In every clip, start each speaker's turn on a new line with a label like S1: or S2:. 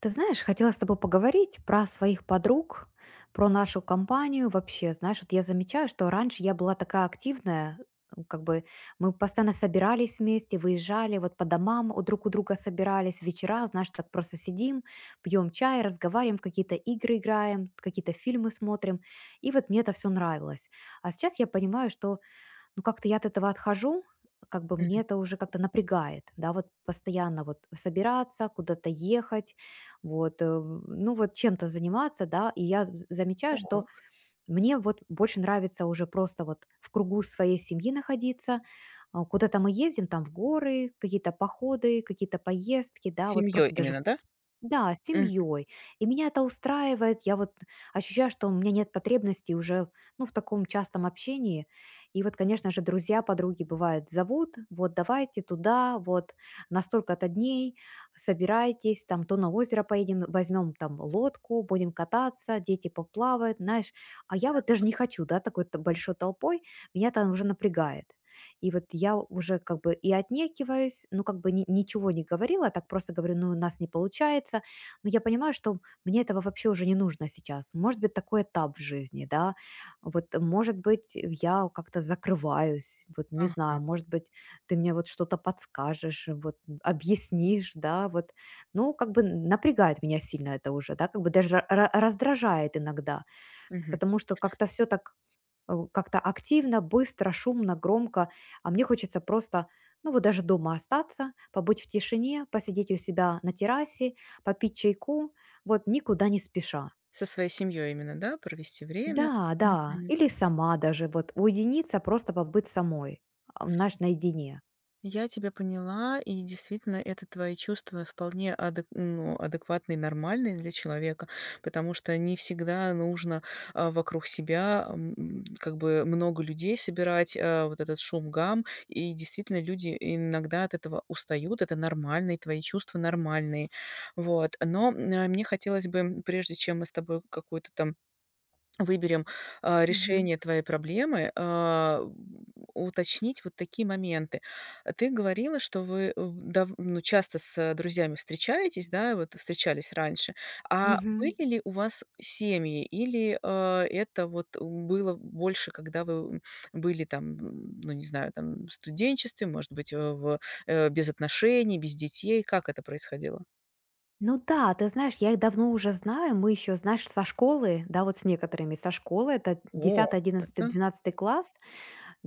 S1: Ты знаешь, хотела с тобой поговорить про своих подруг, про нашу компанию вообще. Знаешь, вот я замечаю, что раньше я была такая активная, как бы мы постоянно собирались вместе, выезжали вот по домам, у друг у друга собирались вечера, знаешь, так просто сидим, пьем чай, разговариваем, в какие-то игры играем, какие-то фильмы смотрим. И вот мне это все нравилось. А сейчас я понимаю, что ну, как-то я от этого отхожу, как бы мне
S2: Мгм.
S1: это уже как-то напрягает, да, вот постоянно вот собираться, куда-то ехать, вот, ну, вот чем-то заниматься, да, и я замечаю, что
S2: Так.
S1: мне вот больше нравится уже просто вот в кругу своей семьи находиться, а, куда-то мы ездим, там в горы, какие-то походы, какие-то поездки, да, вот
S2: Семьей
S1: просто даже.
S2: именно, да?
S1: Да, с
S2: М,
S1: семьей. И меня это устраивает. Я вот ощущаю, что у меня нет потребности уже, ну, в таком частом общении. И вот, конечно же, друзья, подруги бывают зовут, вот давайте туда, вот на столько-то дней собирайтесь, там то на озеро поедем, возьмем там лодку, будем кататься, дети поплавают, знаешь. А я вот даже не хочу, да, такой большой толпой, меня там уже напрягает. И вот я уже как бы и отнекиваюсь, ну, как бы ничего не говорила, так просто говорю, ну, у нас не получается. Но я понимаю, что мне этого вообще уже не нужно сейчас. Может быть, такой этап в жизни, да. Вот, может быть, я как-то закрываюсь, вот, не
S2: ага,
S1: знаю, может быть, ты мне вот что-то подскажешь, вот, объяснишь, да, вот. Ну, как бы напрягает меня сильно это уже, да, как бы даже раздражает иногда,
S2: мгм.
S1: потому что как-то все так как-то активно, быстро, шумно, громко, а мне хочется просто, ну вот даже дома остаться, побыть в тишине, посидеть у себя на террасе, попить чайку, вот никуда не спеша.
S2: Со своей семьей именно, да, провести время?
S1: Да, да,
S2: Мгм.
S1: или сама даже, вот уединиться, просто побыть самой, а, знаешь, наедине.
S2: Я тебя поняла, и действительно, это твои чувства вполне ну, адекватные, нормальные для человека, потому что не всегда нужно вокруг себя как бы много людей собирать, вот этот шум гам, и действительно люди иногда от этого устают, это нормально, и твои чувства нормальные, вот. Но мне хотелось бы, прежде чем мы с тобой какую-то там выберем,
S1: Мгм.
S2: решение твоей проблемы, уточнить вот такие моменты. А ты говорила, что вы, э, дав ну, часто с друзьями встречаетесь, да, вот встречались раньше. А
S1: Мгм.
S2: были ли у вас семьи или, это вот было больше, когда вы, были там, ну, не знаю, там в студенчестве, может быть, в, без отношений, без детей? Как это происходило?
S1: Ну да, ты знаешь, я их давно уже знаю, мы еще, знаешь, со школы, да, вот с некоторыми, со школы, это
S2: О,
S1: десятый, одиннадцатый,
S2: это.
S1: двенадцатый класс.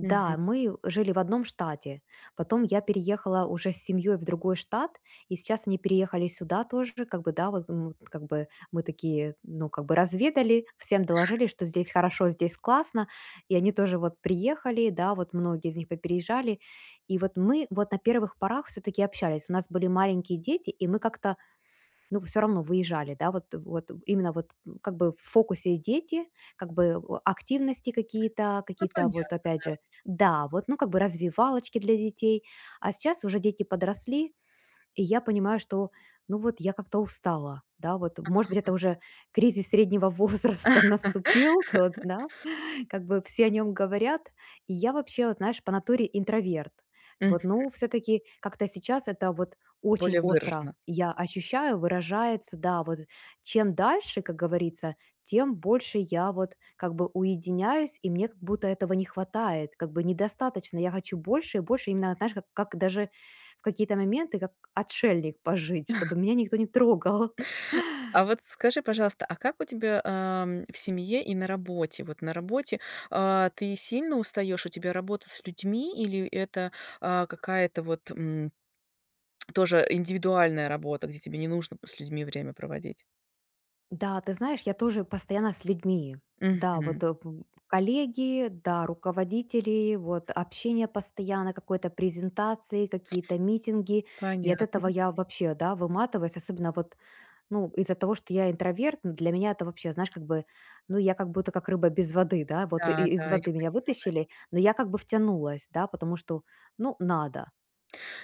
S2: Мгм.
S1: мы жили в одном штате. Потом я переехала уже с семьей в другой штат, и сейчас они переехали сюда тоже, как бы, да, вот вот как бы мы такие, ну, как бы разведали, всем доложили, что здесь хорошо, здесь классно, и они тоже вот приехали, да, вот многие из них попереезжали, и вот мы вот на первых порах все-таки общались, у нас были маленькие дети, и мы как-то ну, все равно выезжали, да, вот именно вот, как бы в фокусе дети, как бы, активности какие-то,
S2: Ну,
S1: какие-то вот
S2: понятно.
S1: опять же да, вот, ну, как бы развивалочки для детей. А сейчас уже дети подросли, и я понимаю, что, ну, вот я как-то устала, да, вот. Может быть, это уже кризис среднего возраста наступил тот, да? Как бы все о нем говорят. И я вообще, вот знаешь, по натуре интроверт.
S2: Мгм.
S1: Вот, ну, все-таки как-то сейчас это вот очень
S2: Более
S1: остро
S2: выраженно.
S1: я ощущаю, выражается, да, вот чем дальше, как говорится, тем больше я вот как бы уединяюсь, и мне как будто этого не хватает, как бы недостаточно, я хочу больше и больше, именно, знаешь, как даже в какие-то моменты, как отшельник пожить, чтобы меня никто не трогал.
S2: А вот скажи, пожалуйста, а как у тебя, в семье и на работе? Вот на работе, ты сильно устаешь? У тебя работа с людьми или это, какая-то вот, тоже индивидуальная работа, где тебе не нужно с людьми время проводить?
S1: Да, ты знаешь, я тоже постоянно с людьми. Да, вот
S2: Мгм.
S1: коллеги, да, руководители, вот общение постоянно, какой-то презентации, какие-то митинги. И от этого
S2: Понятно.
S1: я вообще, да, выматываюсь, особенно вот, ну, из-за того, что я интроверт, ну, для меня это вообще, знаешь, как бы, ну, я как будто как рыба без воды, да, вот и-
S2: Да,
S1: и из
S2: да, я
S1: воды меня
S2: пони
S1: вытащили, но я как бы втянулась, да, потому что, ну, надо.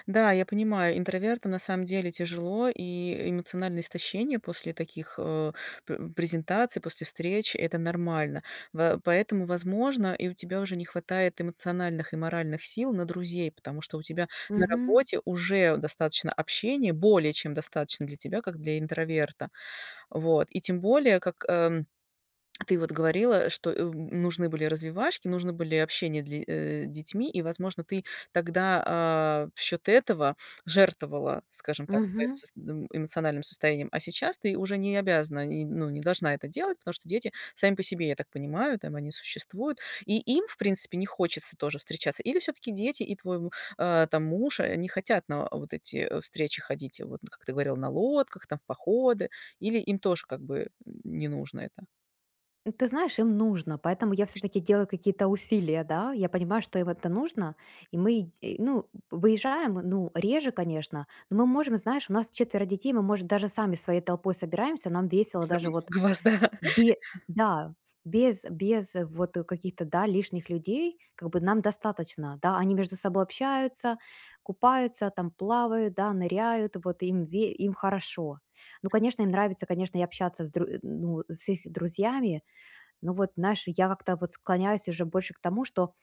S2: да, я понимаю, интровертам на самом деле тяжело, и эмоциональное истощение после таких, э, пр презентаций, после встреч- это нормально. Во Поэтому, возможно, и у тебя уже не хватает эмоциональных и моральных сил на друзей, потому что у тебя на
S1: Угу,
S2: работе уже достаточно общения, более чем достаточно для тебя как для интроверта. Вот. И тем более, как, ты вот говорила, что, нужны были развивашки, нужны были общения для детьми, и, возможно, ты тогда, в счет этого жертвовала, скажем так, своим
S1: угу.
S2: эмоциональным состоянием. А сейчас ты уже не обязана, и, ну, не должна это делать, потому что дети сами по себе, я так понимаю, там они существуют, и им, в принципе, не хочется тоже встречаться. Или все-таки дети и твой, там муж, они хотят на вот эти, встречи ходить, вот, как ты говорила, на лодках, там, в походы, или им тоже как бы, не нужно это?
S1: Ты знаешь, им нужно, поэтому я все-таки делаю какие-то усилия, да, я понимаю, что им это нужно, и мы, ну, выезжаем, ну, реже, конечно, но мы можем, знаешь, у нас четверо детей, мы, может, даже сами своей толпой собираемся, нам весело
S2: Уже
S1: даже вот,
S2: много вас, да,
S1: бе- да, без вот каких-то, да, лишних людей, как бы нам достаточно, да, они между собой общаются, купаются, там плавают, да, ныряют, вот им, им хорошо. Ну, конечно, им нравится, конечно, и общаться с, ну, с их друзьями, ну вот, знаешь, я как-то вот склоняюсь уже больше к тому, что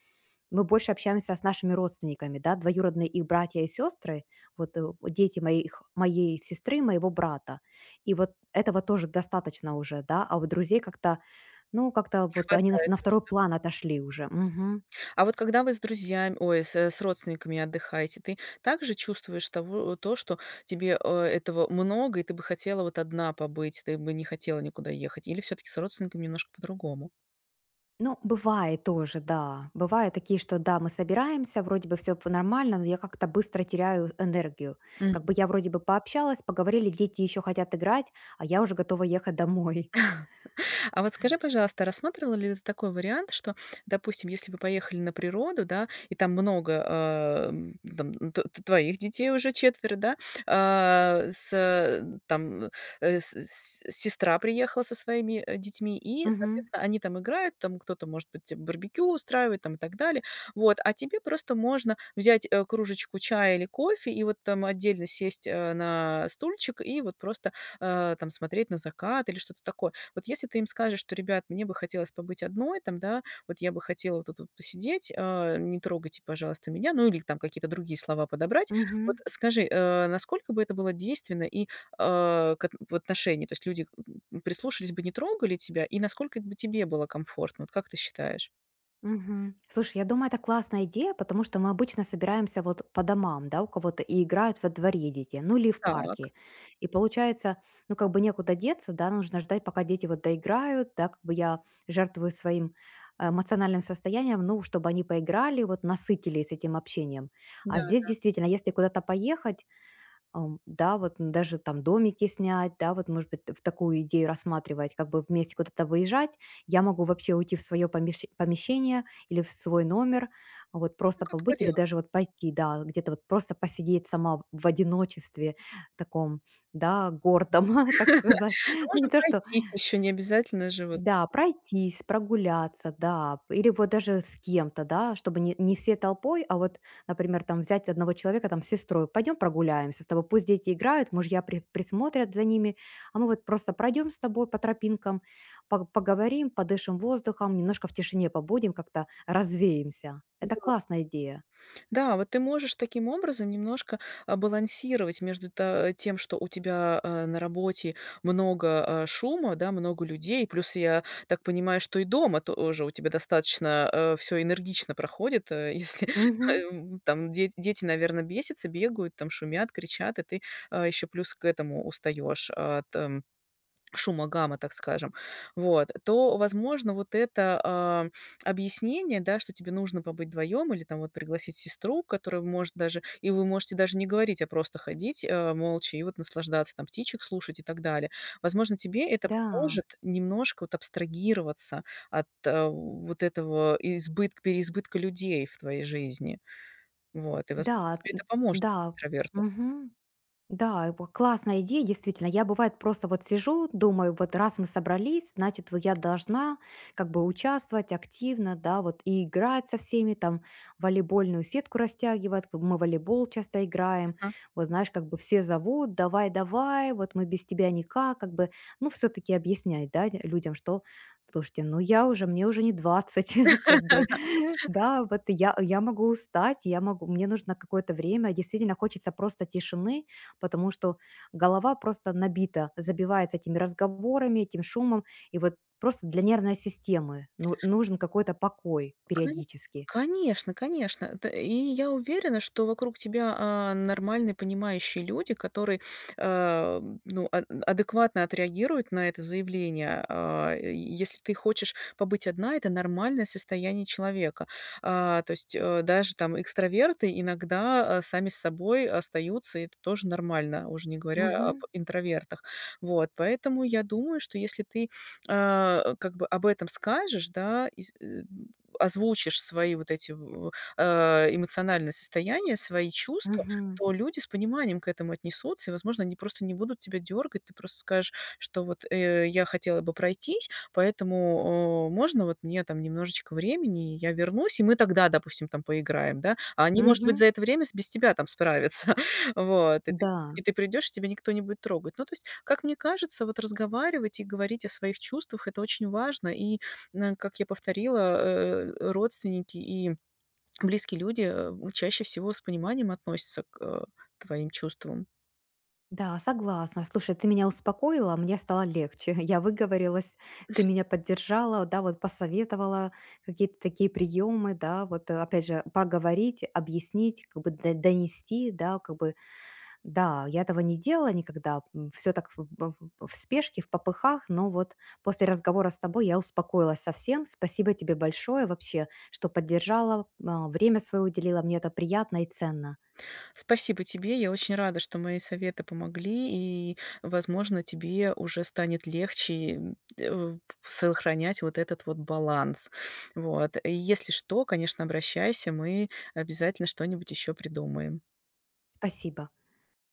S1: мы больше общаемся с нашими родственниками, да, двоюродные их братья и сестры, вот вот дети моих, моей сестры, моего брата. И вот этого тоже достаточно уже, да, а вот друзей как-то, ну, как-то
S2: не
S1: вот они
S2: хватает.
S1: на второй план отошли уже. Мгм.
S2: А вот когда вы с друзьями, ой, с родственниками отдыхаете, ты также чувствуешь то, что тебе, этого много, и ты бы хотела вот одна побыть, ты бы не хотела никуда ехать? Или все таки с родственниками немножко по-другому?
S1: Ну, бывает тоже, да. Бывают такие, что да, мы собираемся, вроде бы все нормально, но я как-то быстро теряю энергию. Как бы я вроде бы пообщалась, поговорили, дети еще хотят играть, а я уже готова ехать домой.
S2: А вот скажи, пожалуйста, рассматривала ли ты такой вариант, что, допустим, если вы поехали на природу, да, и там много, там, твоих детей уже четверо, да, там, сестра приехала со своими детьми, и,
S1: Мгм.
S2: соответственно, они там играют, там кто-то, может быть, барбекю устраивает, там и так далее. Вот, а тебе просто можно взять кружечку чая или кофе и вот там отдельно сесть на стульчик и вот просто там смотреть на закат или что-то такое. Вот если ты им скажешь, что: "Ребят, мне бы хотелось побыть одной там, да, вот я бы хотела вот тут вот посидеть, не трогайте, пожалуйста, меня". Ну, или там какие-то другие слова подобрать. Вот
S1: Мгм.
S2: скажи, насколько бы это было действенно и, в отношении? То есть люди, прислушались бы, не трогали тебя, и насколько бы тебе было комфортно? Вот как ты считаешь?
S1: Мгм. Слушай, я думаю, это классная идея, потому что мы обычно собираемся вот по домам, да, у кого-то и играют во дворе дети, ну или в
S2: Так,
S1: парке. И получается, ну как бы некуда деться, да, нужно ждать, пока дети вот доиграют, да, как бы я жертвую своим эмоциональным состоянием, ну, чтобы они поиграли, вот насытились этим общением. А
S2: да,
S1: здесь действительно, если куда-то поехать, да, вот даже там домики снять, да, вот, может быть, в такую идею рассматривать, как бы вместе куда-то выезжать. Я могу вообще уйти в свое помещение или в свой номер, а вот
S2: ну,
S1: просто
S2: как
S1: побыть или
S2: вариант.
S1: даже вот пойти, да, где-то вот просто посидеть сама в одиночестве таком, да, гордом, так сказать.
S2: Ну,
S1: Ну,
S2: можно
S1: не то, что
S2: пройтись еще, не обязательно же вот.
S1: да, пройтись, прогуляться, да, или вот даже с кем-то, да, чтобы не, не все толпой, а вот, например, там взять одного человека, там, с сестрой, пойдем прогуляемся с тобой, пусть дети играют, мужья присмотрят за ними, а мы вот просто пройдем с тобой по тропинкам, поговорим, подышим воздухом, немножко в тишине побудем, как-то развеемся. Это
S2: Да.
S1: классная идея.
S2: Да, вот ты можешь таким образом немножко, балансировать между тем, что у тебя, на работе много, шума, да, много людей. Плюс, я так понимаю, что и дома тоже у тебя достаточно, все энергично проходит. Если,
S1: Мгм.
S2: там де дети, наверное, бесятся, бегают, там шумят, кричат, и ты, еще плюс к этому устаешь от, шума, гамма, так скажем, вот, то, возможно, вот это, объяснение, да, что тебе нужно побыть вдвоем или там вот пригласить сестру, которая может даже и вы можете даже не говорить, а просто ходить, молча и вот наслаждаться, там, птичек слушать и так далее. Возможно, тебе это
S1: Да,
S2: поможет немножко вот абстрагироваться от, вот этого избытка переизбытка людей в твоей жизни. Вот, и, возможно,
S1: да,
S2: тебе это поможет,
S1: да.
S2: интроверту.
S1: Мгм. Да, и классная идея, действительно. Я, бывает, просто вот сижу, думаю, вот раз мы собрались, значит, вот я должна как бы участвовать активно, да, вот и играть со всеми, там, волейбольную сетку растягивать, мы в волейбол часто играем,
S2: Ага.
S1: вот знаешь, как бы все зовут, давай, давай, вот мы без тебя никак, как бы, ну, все-таки объяснять, да, людям, что, слушайте, ну, я уже, мне уже не 20, как бы, да, вот я могу устать, я могу, мне нужно какое-то время, действительно хочется просто тишины, потому что голова просто набита, забивается этими разговорами, этим шумом. И вот просто для нервной системы нужен какой-то покой
S2: Кон
S1: периодически.
S2: Конечно, конечно. Это и я уверена, что вокруг тебя, нормальные, понимающие люди, которые, ну, адекватно отреагируют на это заявление. И если ты хочешь побыть одна, это нормальное состояние человека. То есть, даже там экстраверты иногда, сами с собой остаются, и это тоже нормально, уже не говоря об
S1: Мгм.
S2: интровертах. Вот, поэтому я думаю, что если ты, как бы об этом скажешь, да, и озвучишь свои вот эти, эмоциональные состояния, свои чувства,
S1: Мгм.
S2: то люди с пониманием к этому отнесутся, и, возможно, они просто не будут тебя дергать. Ты просто скажешь, что вот, я хотела бы пройтись, поэтому, можно вот мне там немножечко времени, и я вернусь, и мы тогда, допустим, там поиграем, да. А они, может быть,
S1: Мгм.
S2: за это время с без тебя там справятся. Вот, и ты
S1: Да.
S2: и ты придешь, и тебя никто не будет трогать. Ну, то есть, как мне кажется, вот разговаривать и говорить о своих чувствах- это очень важно, и Н как я повторила, родственники и близкие люди, чаще всего с пониманием относятся к, твоим чувствам.
S1: Да, согласна. Слушай, ты меня успокоила, мне стало легче. Я выговорилась, ты меня поддержала, да, вот посоветовала какие-то такие приемы, да, вот опять же, поговорить, объяснить, как бы донести, да, как бы. Да, я этого не делала никогда. Все так в, в спешке, в попыхах, но вот после разговора с тобой я успокоилась совсем. Спасибо тебе большое вообще, что поддержала, а, время свое уделила. Мне это приятно и ценно.
S2: Спасибо тебе. Я очень рада, что мои советы помогли, и, возможно, тебе уже станет легче, сохранять вот этот вот баланс. Вот. И если что, конечно, обращайся, мы обязательно что-нибудь еще придумаем.
S1: Спасибо.